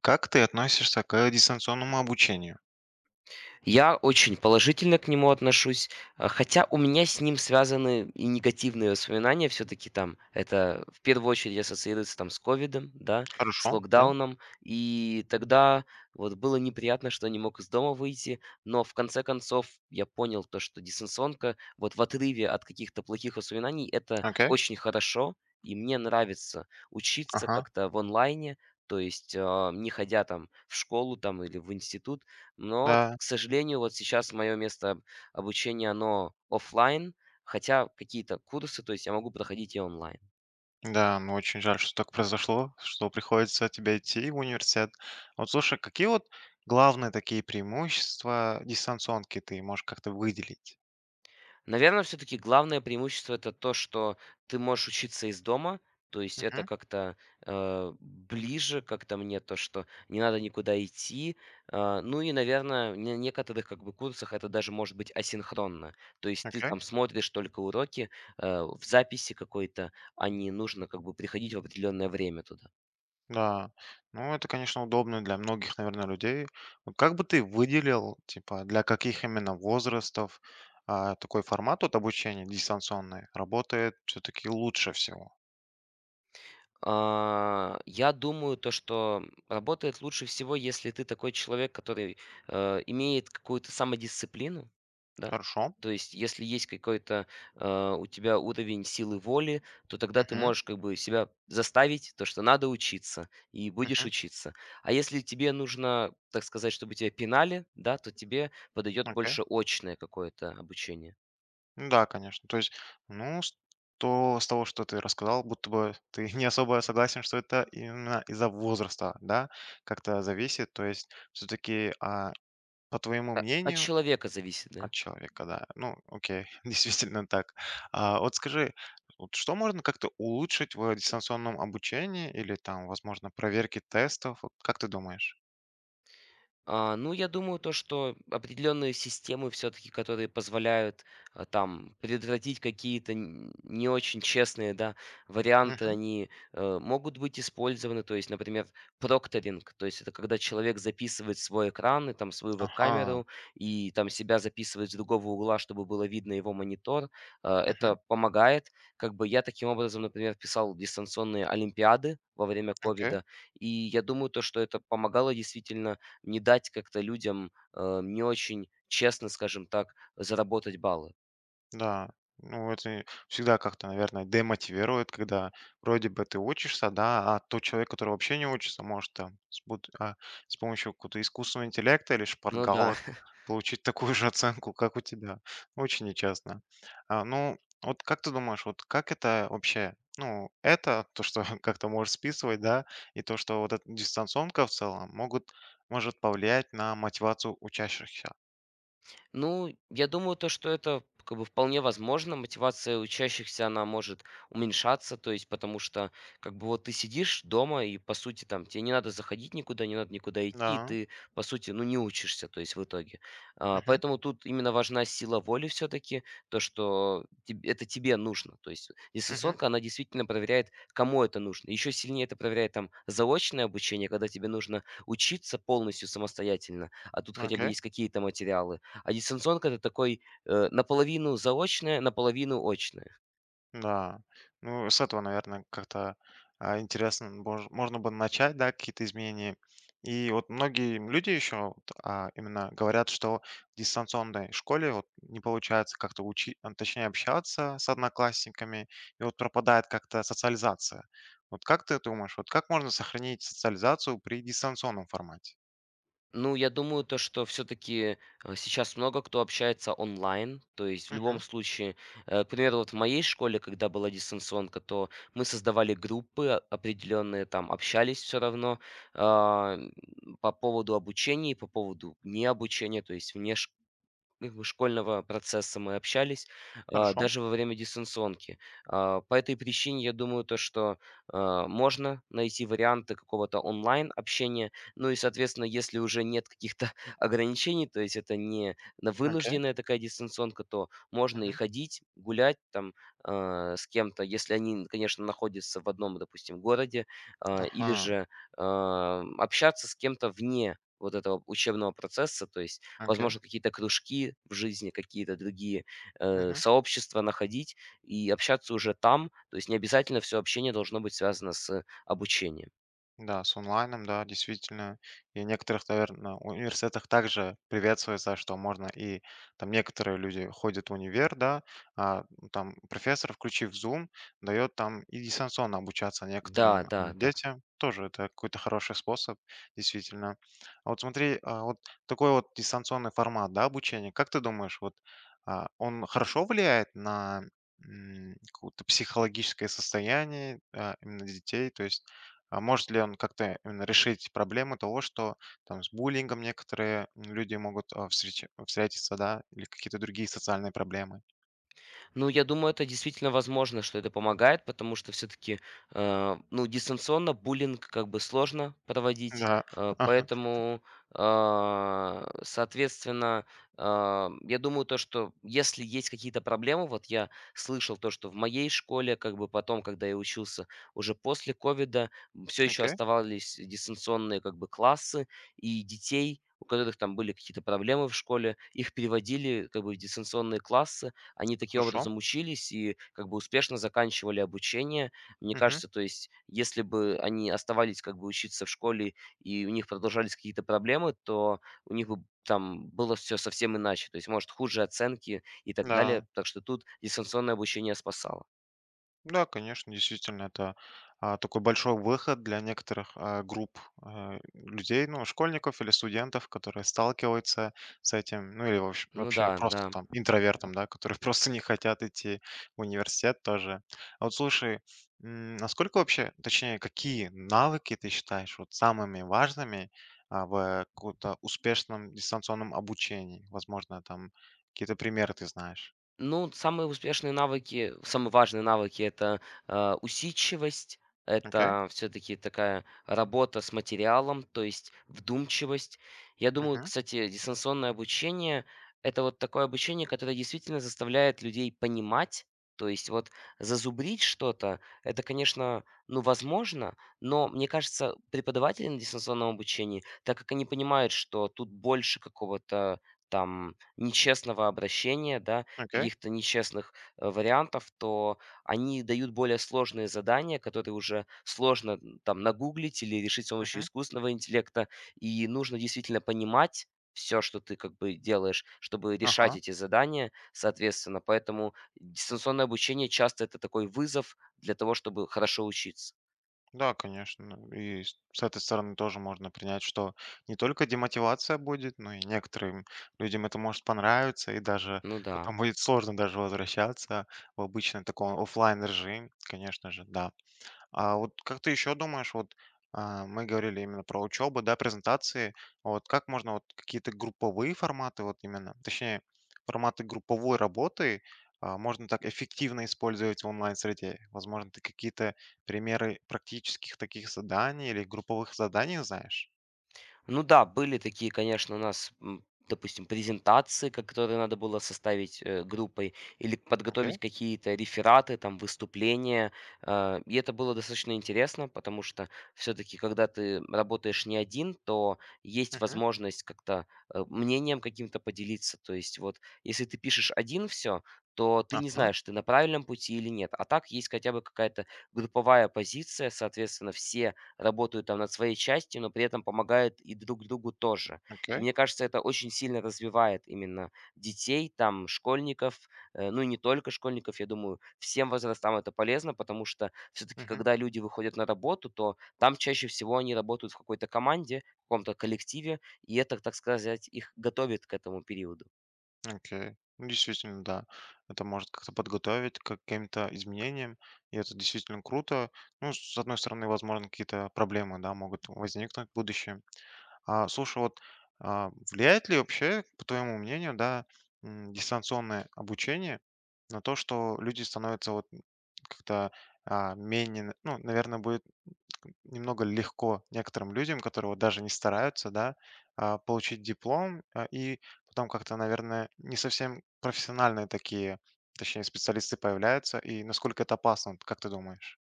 Как ты относишься к дистанционному обучению? Я очень положительно к нему отношусь, хотя у меня с ним связаны и негативные воспоминания. Все-таки там это в первую очередь ассоциируется там с ковидом, да, с Хорошо, да? локдауном. И тогда вот было неприятно, что не мог из дома выйти, но в конце концов я понял то, что дистанционка вот в отрыве от каких-то плохих воспоминаний это Окей. очень хорошо, и мне нравится учиться Ага. как-то в онлайне, то есть не ходя там в школу там или в институт, но, Да, к сожалению, вот сейчас мое место обучения, оно оффлайн, хотя какие-то курсы, то есть я могу проходить и онлайн. да, ну очень жаль, что так произошло, что приходится тебе идти в университет. Вот слушай, какие вот главные такие преимущества дистанционки ты можешь как-то выделить? Наверное, все-таки главное преимущество это то, что ты можешь учиться из дома, то есть это Мгм. как-то ближе как-то мне то, что не надо никуда идти. Ну и, наверное, на некоторых как бы курсах это даже может быть асинхронно. То есть ты Окей. там смотришь только уроки в записи какой-то, а не нужно как бы приходить в определенное время туда. Да. Ну, это, конечно, удобно для многих, наверное, людей. Вот как бы ты выделил, типа, для каких именно возрастов такой формат от обучения дистанционный работает все-таки лучше всего? Я думаю, то, что работает лучше всего, если ты такой человек, который, имеет какую-то самодисциплину, да. Хорошо. То есть, если есть какой-то, у тебя уровень силы воли, то тогда ты Мгм, можешь как бы себя заставить, то, что надо учиться, и будешь мгм. учиться. А если тебе нужно, так сказать, чтобы тебя пинали, да, то тебе подойдет Окей. больше очное какое-то обучение. Ну да, конечно. То есть, ну, с того, что ты рассказал, будто бы ты не особо согласен, что это именно из-за возраста, да, как-то зависит. То есть, все-таки, по твоему От мнению, человека зависит, от да. человека, да. Ну, окей, действительно так. Вот скажи, вот что можно как-то улучшить в дистанционном обучении или там, возможно, проверке тестов? Вот как ты думаешь? Ну, я думаю, то, что определенные системы все-таки, которые позволяют там предотвратить какие-то не очень честные, да, варианты, Мгм. они могут быть использованы. То есть, например, прокторинг, то есть это когда человек записывает свой экран и там свою Ага. веб-камеру, и там себя записывает с другого угла, чтобы было видно его монитор. Это Мгм. помогает. Как бы я таким образом, например, писал дистанционные олимпиады во время Окей. ковида, и я думаю, то, что это помогало действительно не дать как-то людям, не очень честно, скажем так, заработать баллы. Да, ну это всегда как-то, наверное, демотивирует, когда вроде бы ты учишься, да, а тот человек, который вообще не учится, может там с помощью какого-то искусственного интеллекта или Ну да. шпаргалок получить такую же оценку, как у тебя. Очень нечестно. Ну, вот как ты думаешь, вот как это вообще, ну, это то, что как-то можешь списывать, да, и то, что вот эта дистанционка в целом может повлиять на мотивацию учащихся. Ну, я думаю, то, что это как бы вполне возможно. Мотивация учащихся, она может уменьшаться, то есть потому что как бы вот ты сидишь дома и, по сути, там тебе не надо заходить никуда, не надо никуда идти, и Да, ты, по сути, ну, не учишься, то есть в итоге. Угу, Поэтому тут именно важна сила воли все-таки, то, что это тебе нужно. То есть угу, дистанционка, она действительно проверяет, кому это нужно. Еще сильнее это проверяет там заочное обучение, когда тебе нужно учиться полностью самостоятельно, а тут хотя бы окей. есть какие-то материалы. А дистанционка- это такой, наполовину заочное, наполовину очное. Да, ну, с этого, наверное, как-то, интересно, можно было начать, да, какие-то изменения. И вот многие люди еще вот, именно говорят, что в дистанционной школе вот не получается как-то учить, точнее, общаться с одноклассниками, и вот пропадает как-то социализация. Вот как ты думаешь, вот как можно сохранить социализацию при дистанционном формате? Ну, я думаю, то, что все таки сейчас много кто общается онлайн. То есть в Мгм. любом случае, к примеру, вот в моей школе, когда была дистанционка, то мы создавали группы о определенные, там общались все равно, а, м, по поводу обучения и по поводу необучения, то есть вне как бы школьного процесса мы общались, Хорошо. даже во время дистанционки. По этой причине я думаю, то, что, можно найти варианты какого-то онлайн-общения. Ну и, соответственно, если уже нет каких-то ограничений, то есть это не на Окей. вынужденная такая дистанционка, то можно и Мгм. ходить, гулять там, с кем-то, если они, конечно, находятся в одном, допустим, городе, или Ага. же, общаться с кем-то вне вот этого учебного процесса, то есть Окей. возможно, какие-то кружки в жизни, какие-то другие, Мгм. сообщества находить и общаться уже там. То есть не обязательно все общение должно быть связано с обучением. Да, с онлайном, да, действительно. И в некоторых, наверное, университетах также приветствуется, что можно и там некоторые люди ходят в универ, да, ну, там профессор, включив Zoom, дает там и дистанционно обучаться Да, некоторым да, да. детям. Тоже это какой-то хороший способ, действительно. А вот смотри, а вот такой вот дистанционный формат, да, обучения, как ты думаешь, вот он хорошо влияет на какое-то психологическое состояние именно детей, то есть может ли он как-то именно решить проблему того, что там с буллингом некоторые люди могут встретиться, да, или какие-то другие социальные проблемы? Ну, я думаю, это действительно возможно, что это помогает, потому что все-таки, ну, дистанционно буллинг как бы сложно проводить, Да. Ага. поэтому, соответственно, я думаю, то, что если есть какие-то проблемы, вот я слышал то, что в моей школе, как бы потом, когда я учился уже после ковида, все еще Окей, оставались дистанционные как бы классы, и детей, у которых там были какие-то проблемы в школе, их переводили как бы в дистанционные классы, они таким хорошо. образом учились и как бы успешно заканчивали обучение. Мне Мгм. кажется, то есть, если бы они оставались как бы учиться в школе и у них продолжались какие-то проблемы, то у них бы там было все совсем иначе. То есть, может, хуже оценки и так далее. Да. Так что тут дистанционное обучение спасало. Да, конечно, действительно, это такой большой выход для некоторых групп людей, ну, школьников или студентов, которые сталкиваются с этим, ну, или вообще, Ну да, вообще просто да. там интровертом, да, которые просто не хотят идти в университет тоже. А вот слушай, насколько вообще, точнее, какие навыки ты считаешь вот самыми важными в каком-то успешном дистанционном обучении? Возможно, там какие-то примеры ты знаешь. Ну, самые успешные навыки, самые важные навыки это усидчивость, Окей, это все-таки такая работа с материалом, то есть вдумчивость. Я думаю, мгм, кстати, дистанционное обучение это вот такое обучение, которое действительно заставляет людей понимать, то есть вот зазубрить что-то, это, конечно, ну, возможно, но мне кажется, преподаватели на дистанционном обучении, так как они понимают, что тут больше какого-то там нечестного обращения, да, окей, каких-то нечестных, вариантов, то они дают более сложные задания, которые уже сложно, там нагуглить или решить с помощью мгм, искусственного интеллекта. И нужно действительно понимать все, что ты как бы делаешь, чтобы решать ага. эти задания соответственно. Поэтому дистанционное обучение часто- это такой вызов для того, чтобы хорошо учиться. Да, конечно. И с этой стороны тоже можно принять, что не только демотивация будет, но и некоторым людям это может понравиться, и даже Ну да. потом будет сложно даже возвращаться в обычный такой оффлайн режим, конечно же, да. А вот как ты еще думаешь, вот мы говорили именно про учебу, да, презентации, вот как можно вот какие-то групповые форматы, вот именно, точнее, форматы групповой работы можно так эффективно использовать в онлайн-среде? Возможно, ты какие-то примеры практических таких заданий или групповых заданий знаешь? Ну да, были такие, конечно, у нас, допустим, презентации, которые надо было составить группой, или подготовить Окей. какие-то рефераты, там, выступления. И это было достаточно интересно, потому что все-таки, когда ты работаешь не один, то есть Мгм. возможность как-то мнением каким-то поделиться. То есть вот, если ты пишешь один все, то ты не Ага, знаешь, ты на правильном пути или нет. А так есть хотя бы какая-то групповая позиция, соответственно, все работают там над своей частью, но при этом помогают и друг другу тоже. И окей. мне кажется, это очень сильно развивает именно детей, там, школьников, ну и не только школьников, я думаю, всем возрастам это полезно, потому что все-таки, Мгм. когда люди выходят на работу, то там чаще всего они работают в какой-то команде, в каком-то коллективе, и это, так сказать, их готовит к этому периоду. Окей. Ну, действительно, да. Это может как-то подготовить к каким-то изменениям, и это действительно круто. Ну, с одной стороны, возможно, какие-то проблемы, да, могут возникнуть в будущем. Слушай, вот влияет ли вообще, по твоему мнению, да, дистанционное обучение на то, что люди становятся вот как-то менее, ну, наверное, будет немного легко некоторым людям, которые вот даже не стараются, да, получить диплом, и потом как-то, наверное, не совсем профессиональные такие, точнее, специалисты появляются, и насколько это опасно, вот как ты думаешь?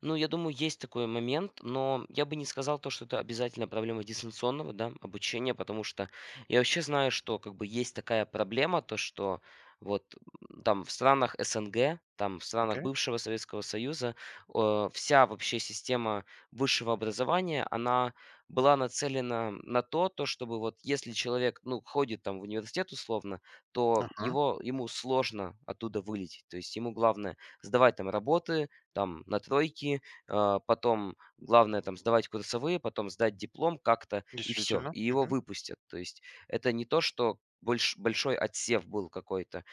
Ну, я думаю, есть такой момент, но я бы не сказал то, что это обязательно проблема дистанционного, да, обучения, потому что я вообще знаю, что как бы есть такая проблема, то что вот там в странах СНГ, там в странах Окей, бывшего Советского Союза вся вообще система высшего образования, она была нацелена на то, то, чтобы вот если человек, ну, ходит там в университет условно, то ага, его, ему сложно оттуда вылететь. То есть ему главное сдавать там работы, там на тройки, потом главное там сдавать курсовые, потом сдать диплом как-то и все действительно, и его мгм, выпустят. То есть это не то, что большой отсев был какой-то.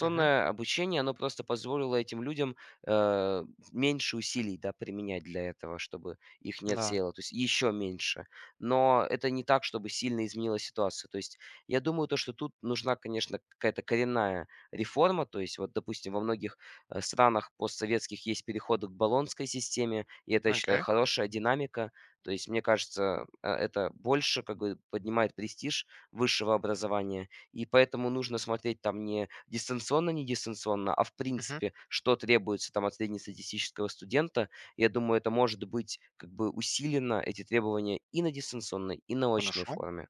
мгм, обучение, оно просто позволило этим людям, э, меньше усилий, да, применять для этого, чтобы их не да, отсеяло, то есть еще меньше. Но это не так, чтобы сильно изменила ситуация. То есть я думаю, то, что тут нужна, конечно, какая-то коренная реформа. То есть вот, допустим, во многих странах постсоветских есть переходы к болонской системе, и это, я считаю, окей, хорошая динамика. То есть, мне кажется, это больше как бы поднимает престиж высшего образования. И поэтому нужно смотреть там не дистанционно, не дистанционно, а в мгм, принципе, что требуется там от среднестатистического студента. Я думаю, это может быть как бы усилено, эти требования, и на дистанционной, и на очной хорошо. форме.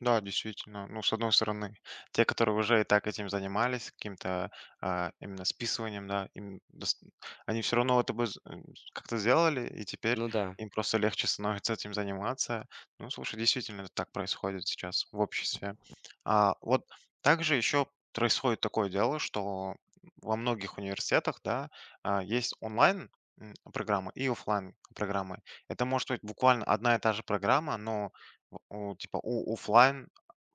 Да, действительно. Ну, с одной стороны, те, которые уже и так этим занимались, каким-то именно списыванием, да, они все равно это бы как-то сделали, и теперь Ну да. им просто легче становится этим заниматься. Ну, слушай, действительно, это так происходит сейчас в обществе. Вот также еще происходит такое дело, что во многих университетах, да, есть онлайн программы и оффлайн программы. Это может быть буквально одна и та же программа, но типа, у оффлайн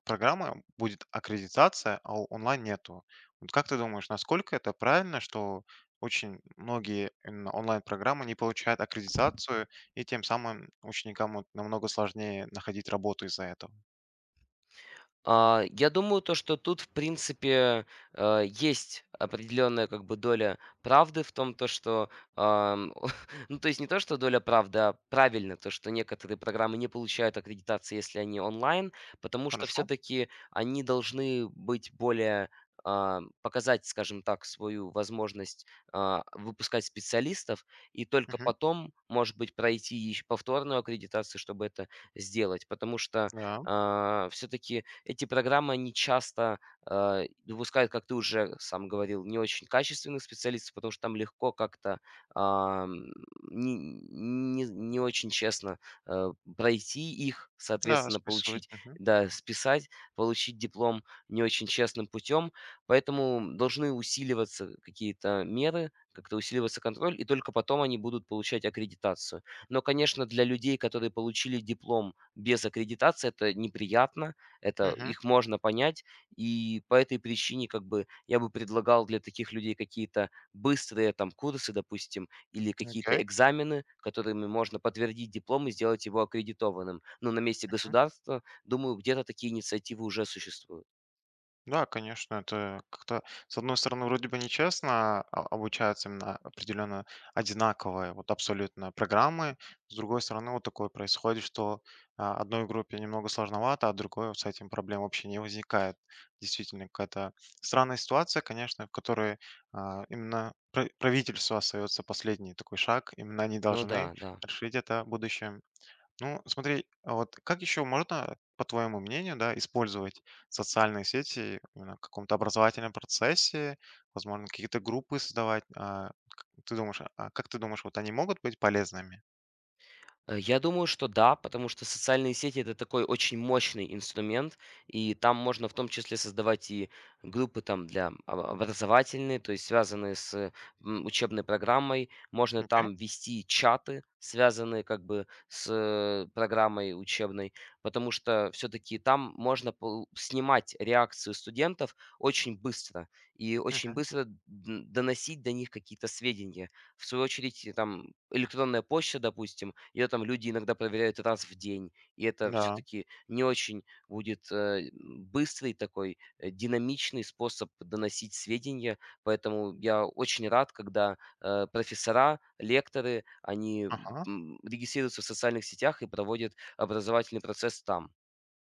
программы будет аккредитация, а у онлайн нету. Вот как ты думаешь, насколько это правильно, что очень многие именно онлайн-программы не получают аккредитацию, и тем самым ученикам вот намного сложнее находить работу из-за этого? Я думаю, то, что тут, в принципе, есть определенная как бы доля правды в том, то, что, ам, ну, то есть не то, что доля правды, а правильно, то, что некоторые программы не получают аккредитации, если они онлайн, потому что Хорошо. все-таки они должны быть более показать, скажем так, свою возможность выпускать специалистов и только Мгм. потом, может быть, пройти ещё повторную аккредитацию, чтобы это сделать, потому что Да, все-таки эти программы, они часто, выпускают, как ты уже сам говорил, не очень качественных специалистов, потому что там легко как-то, ам, не очень честно, э, пройти их, да, соответственно, списывать. получить, Мгм. да, списать, получить диплом не очень честным путем. Поэтому должны усиливаться какие-то меры, как-то усиливаться контроль, и только потом они будут получать аккредитацию. Но, конечно, для людей, которые получили диплом без аккредитации, это неприятно, это Мгм. их можно понять, и по этой причине как бы я бы предлагал для таких людей какие-то быстрые там курсы, допустим, или какие-то Окей. экзамены, которыми можно подтвердить диплом и сделать его аккредитованным. Но на месте государства, думаю, где-то такие инициативы уже существуют. Да, конечно, это как-то, с одной стороны, вроде бы нечестно, обучаются именно определенно одинаковые, вот абсолютно программы. С другой стороны, вот такое происходит, что одной группе немного сложновато, а другой вот с этим проблем вообще не возникает. Действительно, какая-то странная ситуация, конечно, в которой именно правительству остается последний такой шаг. Именно они Ну должны да, да. решить это в будущем. Ну, смотри, а вот как еще можно, по твоему мнению, да, использовать социальные сети именно в каком-то образовательном процессе, возможно, какие-то группы создавать? А, к- ты думаешь, а как ты думаешь, вот они могут быть полезными? Я думаю, что да, потому что социальные сети- это такой очень мощный инструмент, и там можно в том числе создавать и группы там для об образовательные, то есть связанные с, учебной программой. Можно Окей. там вести чаты, связанные как бы с, программой учебной, потому что все таки там можно пол снимать реакцию студентов очень быстро и очень Мгм. быстро д доносить до них какие-то сведения. В свою очередь, и там электронная почта, допустим, ее там люди иногда проверяют раз в день, и это все Да. таки не очень будет, быстрый такой, динамичный способ доносить сведения. Поэтому я очень рад, когда, профессора, лекторы, они, Ага. Регистрируются в социальных сетях и проводят образовательный процесс там.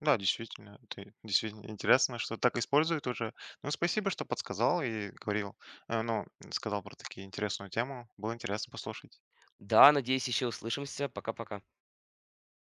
Да, действительно, ты действительно интересно, что так используют уже. Ну, спасибо, что подсказал и ну, сказал про такие интересную тему. Было интересно послушать. Да, надеюсь, еще услышимся. Пока-пока.